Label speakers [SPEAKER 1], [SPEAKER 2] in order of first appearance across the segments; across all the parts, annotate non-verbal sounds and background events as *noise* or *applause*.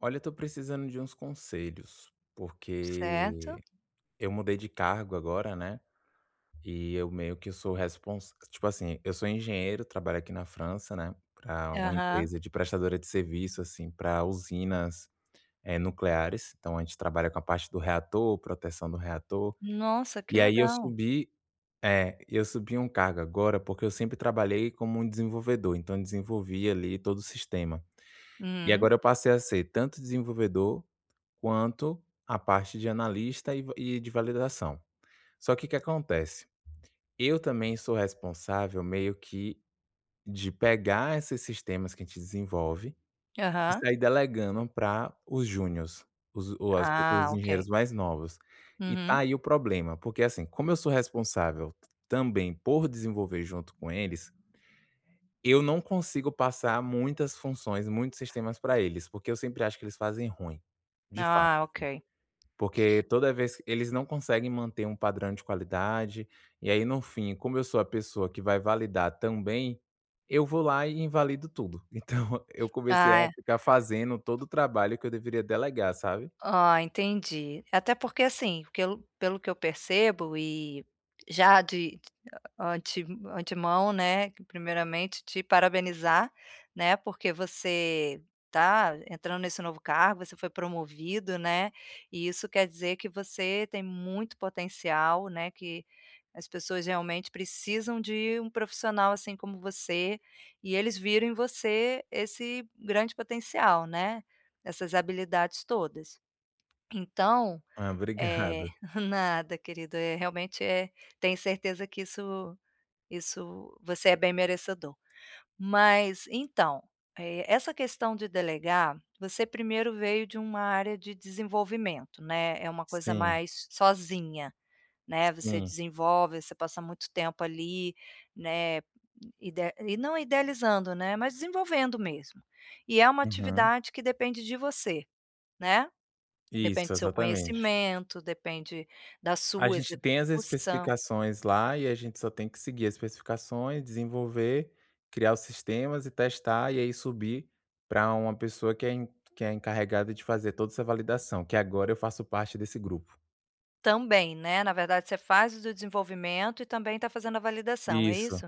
[SPEAKER 1] Olha, eu tô precisando de uns conselhos, porque
[SPEAKER 2] Certo.
[SPEAKER 1] eu mudei de cargo agora, né? E eu meio que sou responsável. Tipo assim, eu sou engenheiro, trabalho aqui na França, né? Para uma
[SPEAKER 2] Aham.
[SPEAKER 1] empresa de prestadora de serviço, assim, para usinas nucleares. Então a gente trabalha com a parte do reator, proteção do reator.
[SPEAKER 2] Nossa, que
[SPEAKER 1] E aí eu
[SPEAKER 2] legal.
[SPEAKER 1] subi, é, eu subi um cargo agora, porque eu sempre trabalhei como um desenvolvedor, então eu desenvolvi ali todo o sistema. E
[SPEAKER 2] Uhum.
[SPEAKER 1] agora eu passei a ser tanto desenvolvedor quanto a parte de analista e de validação. Só que o que acontece, eu também sou responsável meio que de pegar esses sistemas que a gente desenvolve e
[SPEAKER 2] Aham.
[SPEAKER 1] sair delegando para os júniors, os o as
[SPEAKER 2] Ah,
[SPEAKER 1] os
[SPEAKER 2] ok.
[SPEAKER 1] engenheiros mais novos. E tá
[SPEAKER 2] Uhum.
[SPEAKER 1] aí o problema, porque assim, como eu sou responsável também por desenvolver junto com eles, eu não consigo passar muitas funções, muitos sistemas para eles, porque eu sempre acho que eles fazem ruim, de
[SPEAKER 2] Ah,
[SPEAKER 1] fato.
[SPEAKER 2] ok.
[SPEAKER 1] Porque toda vez eles não conseguem manter um padrão de qualidade, e aí no fim, como eu sou a pessoa que vai validar também, eu vou lá e invalido tudo. *laughs* Então eu comecei a
[SPEAKER 2] Ah, é.
[SPEAKER 1] ficar fazendo todo o trabalho que eu deveria delegar, sabe.
[SPEAKER 2] Ah, entendi. Até porque, assim, pelo que eu percebo e já de ante antemão, né, que primeiramente te parabenizar, né, porque você tá entrando nesse novo cargo, você foi promovido, né, e isso quer dizer que você tem muito potencial, né, que as pessoas realmente precisam de um profissional assim como você, e eles viram em você esse grande potencial, né, essas habilidades todas. Então,
[SPEAKER 1] Ah,
[SPEAKER 2] eh
[SPEAKER 1] obrigado.
[SPEAKER 2] *laughs* nada, querido, realmente tenho certeza que isso você é bem merecedor. Mas então, essa questão de delegar, você primeiro veio de uma área de desenvolvimento, né, é uma coisa
[SPEAKER 1] Sim,
[SPEAKER 2] mais sozinha. Né, você
[SPEAKER 1] sim.
[SPEAKER 2] desenvolve, você passa muito tempo ali, né, ide e não idealizando, né, mas desenvolvendo mesmo. E é uma
[SPEAKER 1] Uhum.
[SPEAKER 2] atividade que depende de você, né, depende
[SPEAKER 1] Isso,
[SPEAKER 2] do seu
[SPEAKER 1] exatamente.
[SPEAKER 2] conhecimento, depende da
[SPEAKER 1] A
[SPEAKER 2] sua
[SPEAKER 1] gente tem as
[SPEAKER 2] execução
[SPEAKER 1] especificações lá e a gente só tem que seguir as especificações, desenvolver, criar os sistemas e testar, e aí subir para uma pessoa que é encarregada de fazer toda essa validação, que agora eu faço parte desse grupo.
[SPEAKER 2] também, né, na verdade você faz o desenvolvimento e também está fazendo a validação, é
[SPEAKER 1] Isso,
[SPEAKER 2] isso?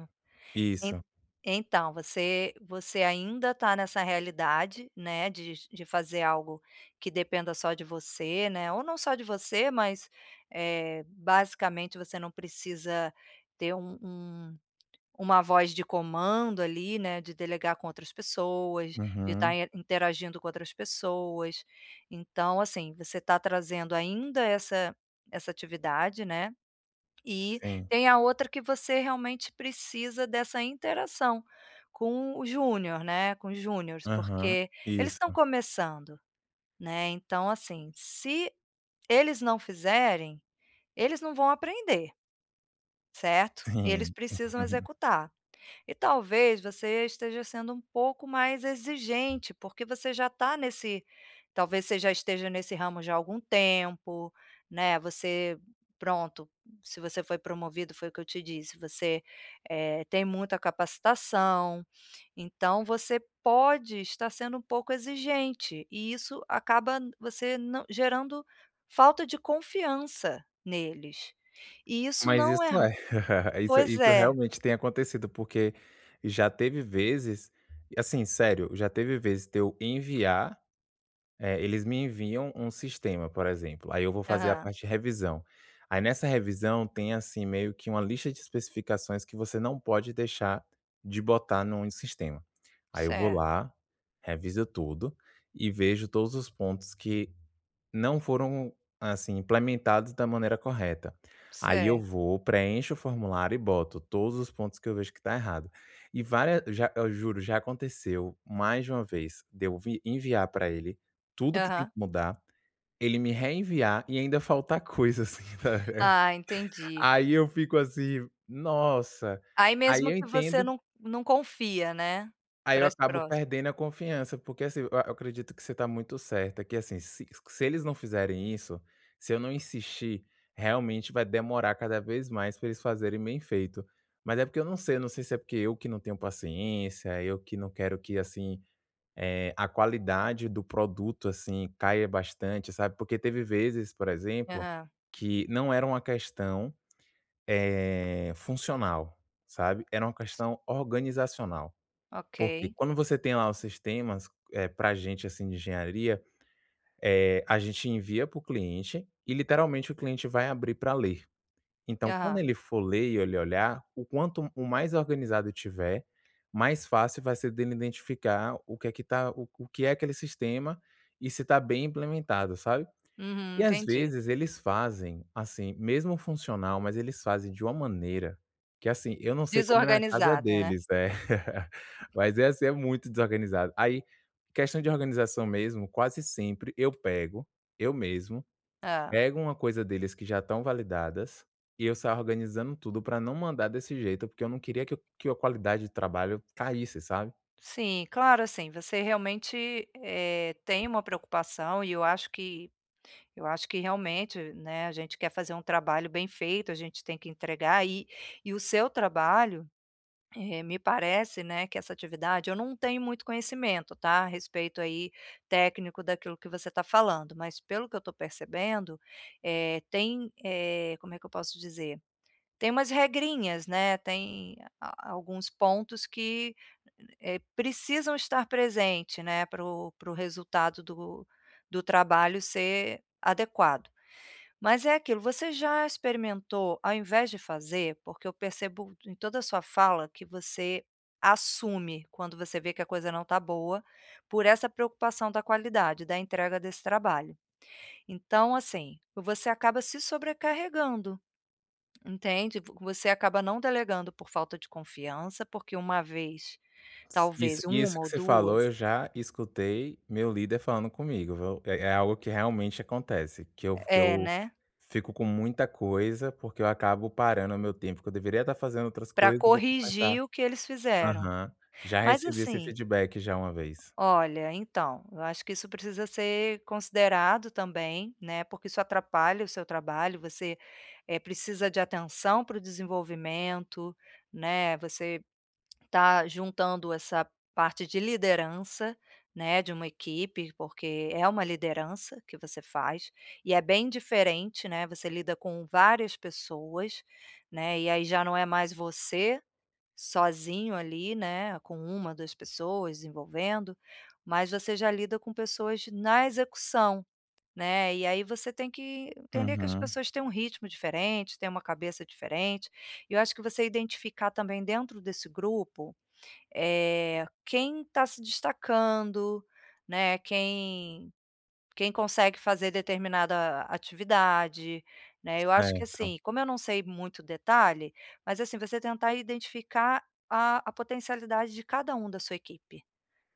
[SPEAKER 2] En
[SPEAKER 1] isso.
[SPEAKER 2] Então, você ainda está nessa realidade, né, de fazer algo que dependa só de você, né, ou não só de você, mas, basicamente você não precisa ter um uma voz de comando ali, né, de delegar com outras pessoas, de
[SPEAKER 1] Uhum,
[SPEAKER 2] estar interagindo com outras pessoas. Então, assim, você está trazendo ainda essa atividade, né, e
[SPEAKER 1] sim.
[SPEAKER 2] tem a outra que você realmente precisa dessa interação com o júnior, né, com os júniores,
[SPEAKER 1] Aham,
[SPEAKER 2] porque eles estão
[SPEAKER 1] isso,
[SPEAKER 2] começando, né, então, assim, se eles não fizerem, eles não vão aprender, certo? Eles
[SPEAKER 1] sim.
[SPEAKER 2] precisam
[SPEAKER 1] *laughs*
[SPEAKER 2] executar. E talvez você esteja sendo um pouco mais exigente, porque você já está nesse talvez você já esteja nesse ramo já há algum tempo, né, você pronto, se você foi promovido, foi o que eu te disse, você, tem muita capacitação, então você pode estar sendo um pouco exigente, e isso acaba você não gerando falta de confiança neles. E isso
[SPEAKER 1] Mas
[SPEAKER 2] não é.
[SPEAKER 1] isso é. *laughs* Isso
[SPEAKER 2] Pois
[SPEAKER 1] isso
[SPEAKER 2] é.
[SPEAKER 1] realmente tem acontecido, porque já teve vezes, assim, sério, já teve vezes de eu enviar É, eles me enviam um sistema, por exemplo, aí eu vou fazer a
[SPEAKER 2] Aham.
[SPEAKER 1] parte de revisão. Aí nessa revisão tem assim meio que uma lista de especificações que você não pode deixar de botar num sistema. Aí eu vou
[SPEAKER 2] Certo,
[SPEAKER 1] lá, reviso tudo e vejo todos os pontos que não foram, assim, implementados da maneira correta. Aí eu
[SPEAKER 2] certo.
[SPEAKER 1] vou, preencho o formulário e boto todos os pontos que eu vejo que está errado. E várias, já eu juro, já aconteceu mais de uma vez de eu vi enviar para ele tudo que tem que
[SPEAKER 2] Aham.
[SPEAKER 1] mudar, ele me reenviar e ainda faltar coisa, assim, *laughs* sabe.
[SPEAKER 2] Ah, entendi.
[SPEAKER 1] Aí eu fico assim: "Nossa!".
[SPEAKER 2] Aí
[SPEAKER 1] Aí
[SPEAKER 2] mesmo
[SPEAKER 1] eu
[SPEAKER 2] que você
[SPEAKER 1] entendo
[SPEAKER 2] não confia, né,
[SPEAKER 1] Aí eu
[SPEAKER 2] para as
[SPEAKER 1] acabo
[SPEAKER 2] próxima.
[SPEAKER 1] perdendo a confiança, porque, assim, eu acredito que você está muito certa, que, assim, se eles não fizerem isso, se eu não insistir, realmente vai demorar cada vez mais para eles fazerem bem feito. Mas é porque eu não sei se é porque eu que não tenho paciência, eu que não quero que, assim, a qualidade do produto, assim, caia bastante, sabe. Porque teve vezes, por exemplo,
[SPEAKER 2] Aham,
[SPEAKER 1] que não era uma questão, funcional, sabe, era uma questão organizacional.
[SPEAKER 2] ok.
[SPEAKER 1] Porque quando você tem lá os sistemas, pra gente, assim, de engenharia, a gente envia para o cliente e literalmente o cliente vai abrir para ler. Então quando
[SPEAKER 2] Aham.
[SPEAKER 1] ele for ler e ele olhar, o quanto o mais organizado tiver, mais fácil vai ser dele identificar o que é que tá o que é aquele sistema e se está bem implementado, sabe?
[SPEAKER 2] Uhum,
[SPEAKER 1] E às
[SPEAKER 2] entendi.
[SPEAKER 1] vezes eles fazem, assim, mesmo funcional, mas eles fazem de uma maneira que, assim, eu não sei como é na casa
[SPEAKER 2] Desorganizada, né.
[SPEAKER 1] deles, é. *laughs* Mas é assim, é muito desorganizado. Aí, questão de organização mesmo, quase sempre eu pego, eu mesmo,
[SPEAKER 2] Ah,
[SPEAKER 1] pego uma coisa deles que já estão validadas e eu saio organizando tudo para não mandar desse jeito, porque eu não queria que o que a qualidade de trabalho caísse, sabe.
[SPEAKER 2] sim, claro, assim, você realmente, tem uma preocupação e eu acho que realmente, né, a gente quer fazer um trabalho bem feito, a gente tem que entregar e o seu trabalho. Me parece, né, que essa atividade eu não tenho muito conhecimento, tá, a respeito aí técnico daquilo que você está falando, mas pelo que eu estou percebendo, tem, como é que eu posso dizer? Tem umas regrinhas, né, tem a alguns pontos que, precisam estar presentes, né, para o resultado do trabalho ser adequado. Mas é aquilo, você já experimentou, ao invés de fazer, porque eu percebo em toda a sua fala que você assume quando você vê que a coisa não está boa, por essa preocupação da qualidade, da entrega desse trabalho. Então, assim, você acaba se sobrecarregando, entende? Vo Você acaba não delegando por falta de confiança, porque uma vez,
[SPEAKER 1] Isso
[SPEAKER 2] talvez
[SPEAKER 1] isso
[SPEAKER 2] uma
[SPEAKER 1] que
[SPEAKER 2] ou
[SPEAKER 1] você falou, eu
[SPEAKER 2] 2,
[SPEAKER 1] já escutei meu líder falando comigo, viu. É algo que realmente acontece, que eu que
[SPEAKER 2] é,
[SPEAKER 1] eu
[SPEAKER 2] né,
[SPEAKER 1] fico com muita coisa, porque eu acabo parando o meu tempo, que eu deveria estar fazendo outras
[SPEAKER 2] para
[SPEAKER 1] coisas e vou consertar.
[SPEAKER 2] corrigir o que eles fizeram.
[SPEAKER 1] Aham. Já
[SPEAKER 2] Mas
[SPEAKER 1] recebi esse
[SPEAKER 2] assim,
[SPEAKER 1] feedback já uma vez.
[SPEAKER 2] olha, então, eu acho que isso precisa ser considerado também, né, porque isso atrapalha o seu trabalho, você, precisa de atenção para o desenvolvimento, né, você está juntando essa parte de liderança, né, de uma equipe, porque é uma liderança que você faz, e é bem diferente, né, você lida com várias pessoas, né, e aí já não é mais você sozinho ali, né, com uma 2 pessoas envolvendo, mas você já lida com pessoas na execução, né, e aí você tem que entender que as
[SPEAKER 1] Uhum.
[SPEAKER 2] pessoas têm um ritmo diferente, têm uma cabeça diferente, e eu acho que você identificar também dentro desse grupo, quem está se destacando, né, quem consegue fazer determinada atividade, né. Eu acho que
[SPEAKER 1] Certo.
[SPEAKER 2] assim, como eu não sei muito detalhe, mas assim, você tentar identificar a potencialidade de cada um da sua equipe,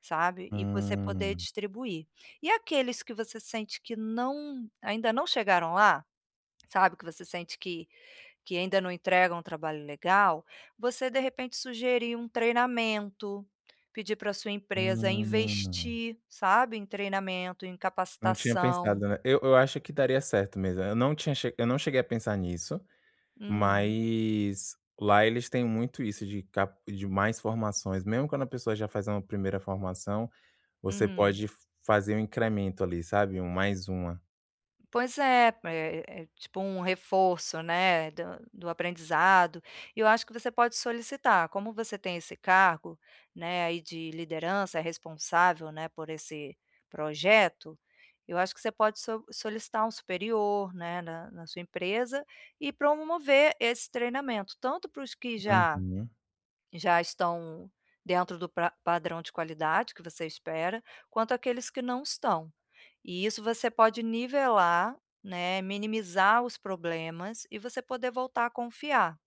[SPEAKER 2] sabe, e você poder
[SPEAKER 1] Hum.
[SPEAKER 2] distribuir. E aqueles que você sente que ainda não chegaram lá, sabe, que você sente que ainda não entregam um trabalho legal, você de repente sugerir um treinamento, pedir para sua empresa
[SPEAKER 1] Hum.
[SPEAKER 2] investir, sabe, em treinamento, em
[SPEAKER 1] Não tinha
[SPEAKER 2] capacitação.
[SPEAKER 1] pensado, né. Eu acho que daria certo mesmo. Eu não cheguei a pensar nisso.
[SPEAKER 2] Hum,
[SPEAKER 1] Mas lá eles têm muito isso de cap de mais formações, mesmo quando a pessoa já faz uma primeira formação, você
[SPEAKER 2] uhum.
[SPEAKER 1] pode f fazer um incremento ali, sabe, um mais uma.
[SPEAKER 2] Pois é, é tipo um reforço, né, do do aprendizado, e eu acho que você pode solicitar, como você tem esse cargo, né, aí de liderança, é responsável, né, por esse projeto, eu acho que você pode solicitar um superior, né, na sua empresa, e promover esse treinamento, tanto para os que já
[SPEAKER 1] Uhum.
[SPEAKER 2] já estão dentro do pra padrão de qualidade que você espera, quanto aqueles que não estão. E isso você pode nivelar, né, minimizar os problemas e você poder voltar a confiar,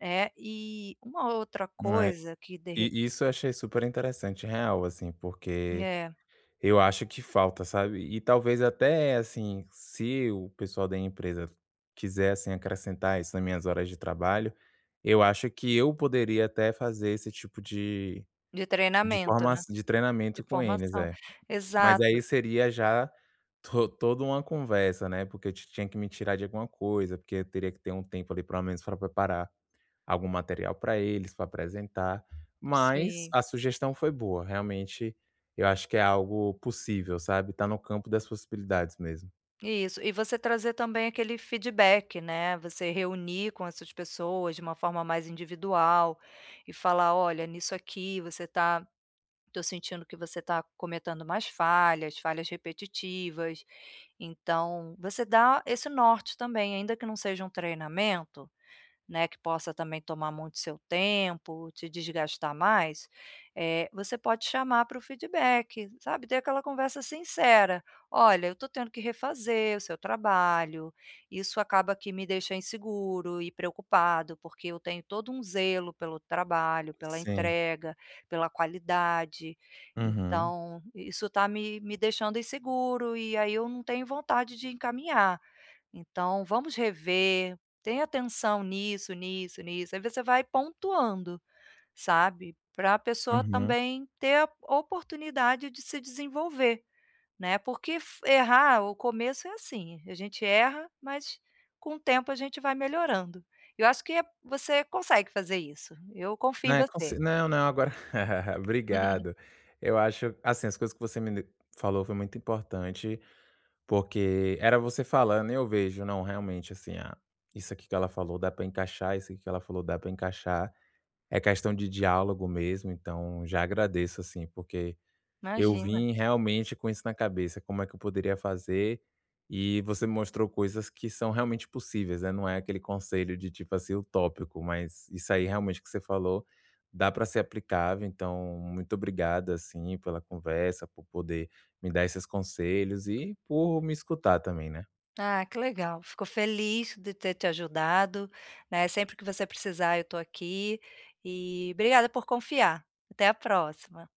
[SPEAKER 2] né. E uma outra
[SPEAKER 1] É,
[SPEAKER 2] coisa que de re
[SPEAKER 1] e isso eu achei super interessante, real, assim, porque
[SPEAKER 2] é,
[SPEAKER 1] eu acho que falta, sabe, e talvez até, assim, se o pessoal da empresa quiser, assim, acrescentar isso nas minhas horas de trabalho, eu acho que eu poderia até fazer esse tipo
[SPEAKER 2] de
[SPEAKER 1] de
[SPEAKER 2] treinamento,
[SPEAKER 1] formaç
[SPEAKER 2] né,
[SPEAKER 1] de
[SPEAKER 2] de
[SPEAKER 1] treinamento com eles,
[SPEAKER 2] formação.
[SPEAKER 1] é. Mas aí
[SPEAKER 2] Exato,
[SPEAKER 1] seria já to toda uma conversa, né, porque eu ti tinha que me tirar de alguma coisa, porque eu teria que ter um tempo ali pelo menos para preparar algum material para eles, para apresentar, mas
[SPEAKER 2] sim.
[SPEAKER 1] a sugestão foi boa, realmente eu acho que é algo possível, sabe, tá no campo das possibilidades mesmo.
[SPEAKER 2] Isso, e você trazer também aquele feedback, né, você reunir com essas pessoas de uma forma mais individual e falar: "Olha, nisso aqui você tô sentindo que você tá cometendo mais falhas, falhas repetitivas". Então, você dá esse norte também, ainda que não seja um treinamento, né, que possa também tomar muito seu tempo, te desgastar mais, você pode chamar para o feedback, sabe, ter aquela conversa sincera. "Olha, eu estou tendo que refazer o seu trabalho, isso acaba que me deixa inseguro e preocupado, porque eu tenho todo um zelo pelo trabalho, pela
[SPEAKER 1] Sim.
[SPEAKER 2] entrega, pela qualidade,
[SPEAKER 1] Uhum,
[SPEAKER 2] então isso está me deixando inseguro e aí eu não tenho vontade de encaminhar. Então, vamos rever, tem atenção nisso, nisso, nisso. Aí você vai pontuando, sabe, para a pessoa
[SPEAKER 1] uhum.
[SPEAKER 2] também ter a oportunidade de se desenvolver, né, porque f errar o começo é assim, a gente erra, mas com o tempo a gente vai melhorando. Eu acho você consegue fazer isso, eu confio
[SPEAKER 1] Não,
[SPEAKER 2] em
[SPEAKER 1] é, com
[SPEAKER 2] você.
[SPEAKER 1] não, não, agora *laughs* obrigado.
[SPEAKER 2] *laughs*
[SPEAKER 1] Eu acho, assim, as coisas que você me falou foi muito importante. Porque era você falando e eu vejo, não, realmente, assim, ah, isso aqui que ela falou dá pra encaixar, isso aqui que ela falou dá pra encaixar. É questão de diálogo mesmo, então já agradeço, assim, porque eu
[SPEAKER 2] Imagina.
[SPEAKER 1] vim realmente com isso na cabeça, como é que eu poderia fazer, e você me mostrou coisas que são realmente possíveis, né, não é aquele conselho de tipo assim utópico, mas isso aí realmente que você falou, dá para ser aplicável, então muito obrigado, assim, pela conversa, por poder me dar esses conselhos e por me escutar também, né.
[SPEAKER 2] Ah, que legal. Fico feliz de ter te ajudado, né, sempre que você precisar eu estou aqui, e obrigada por confiar. Até a próxima.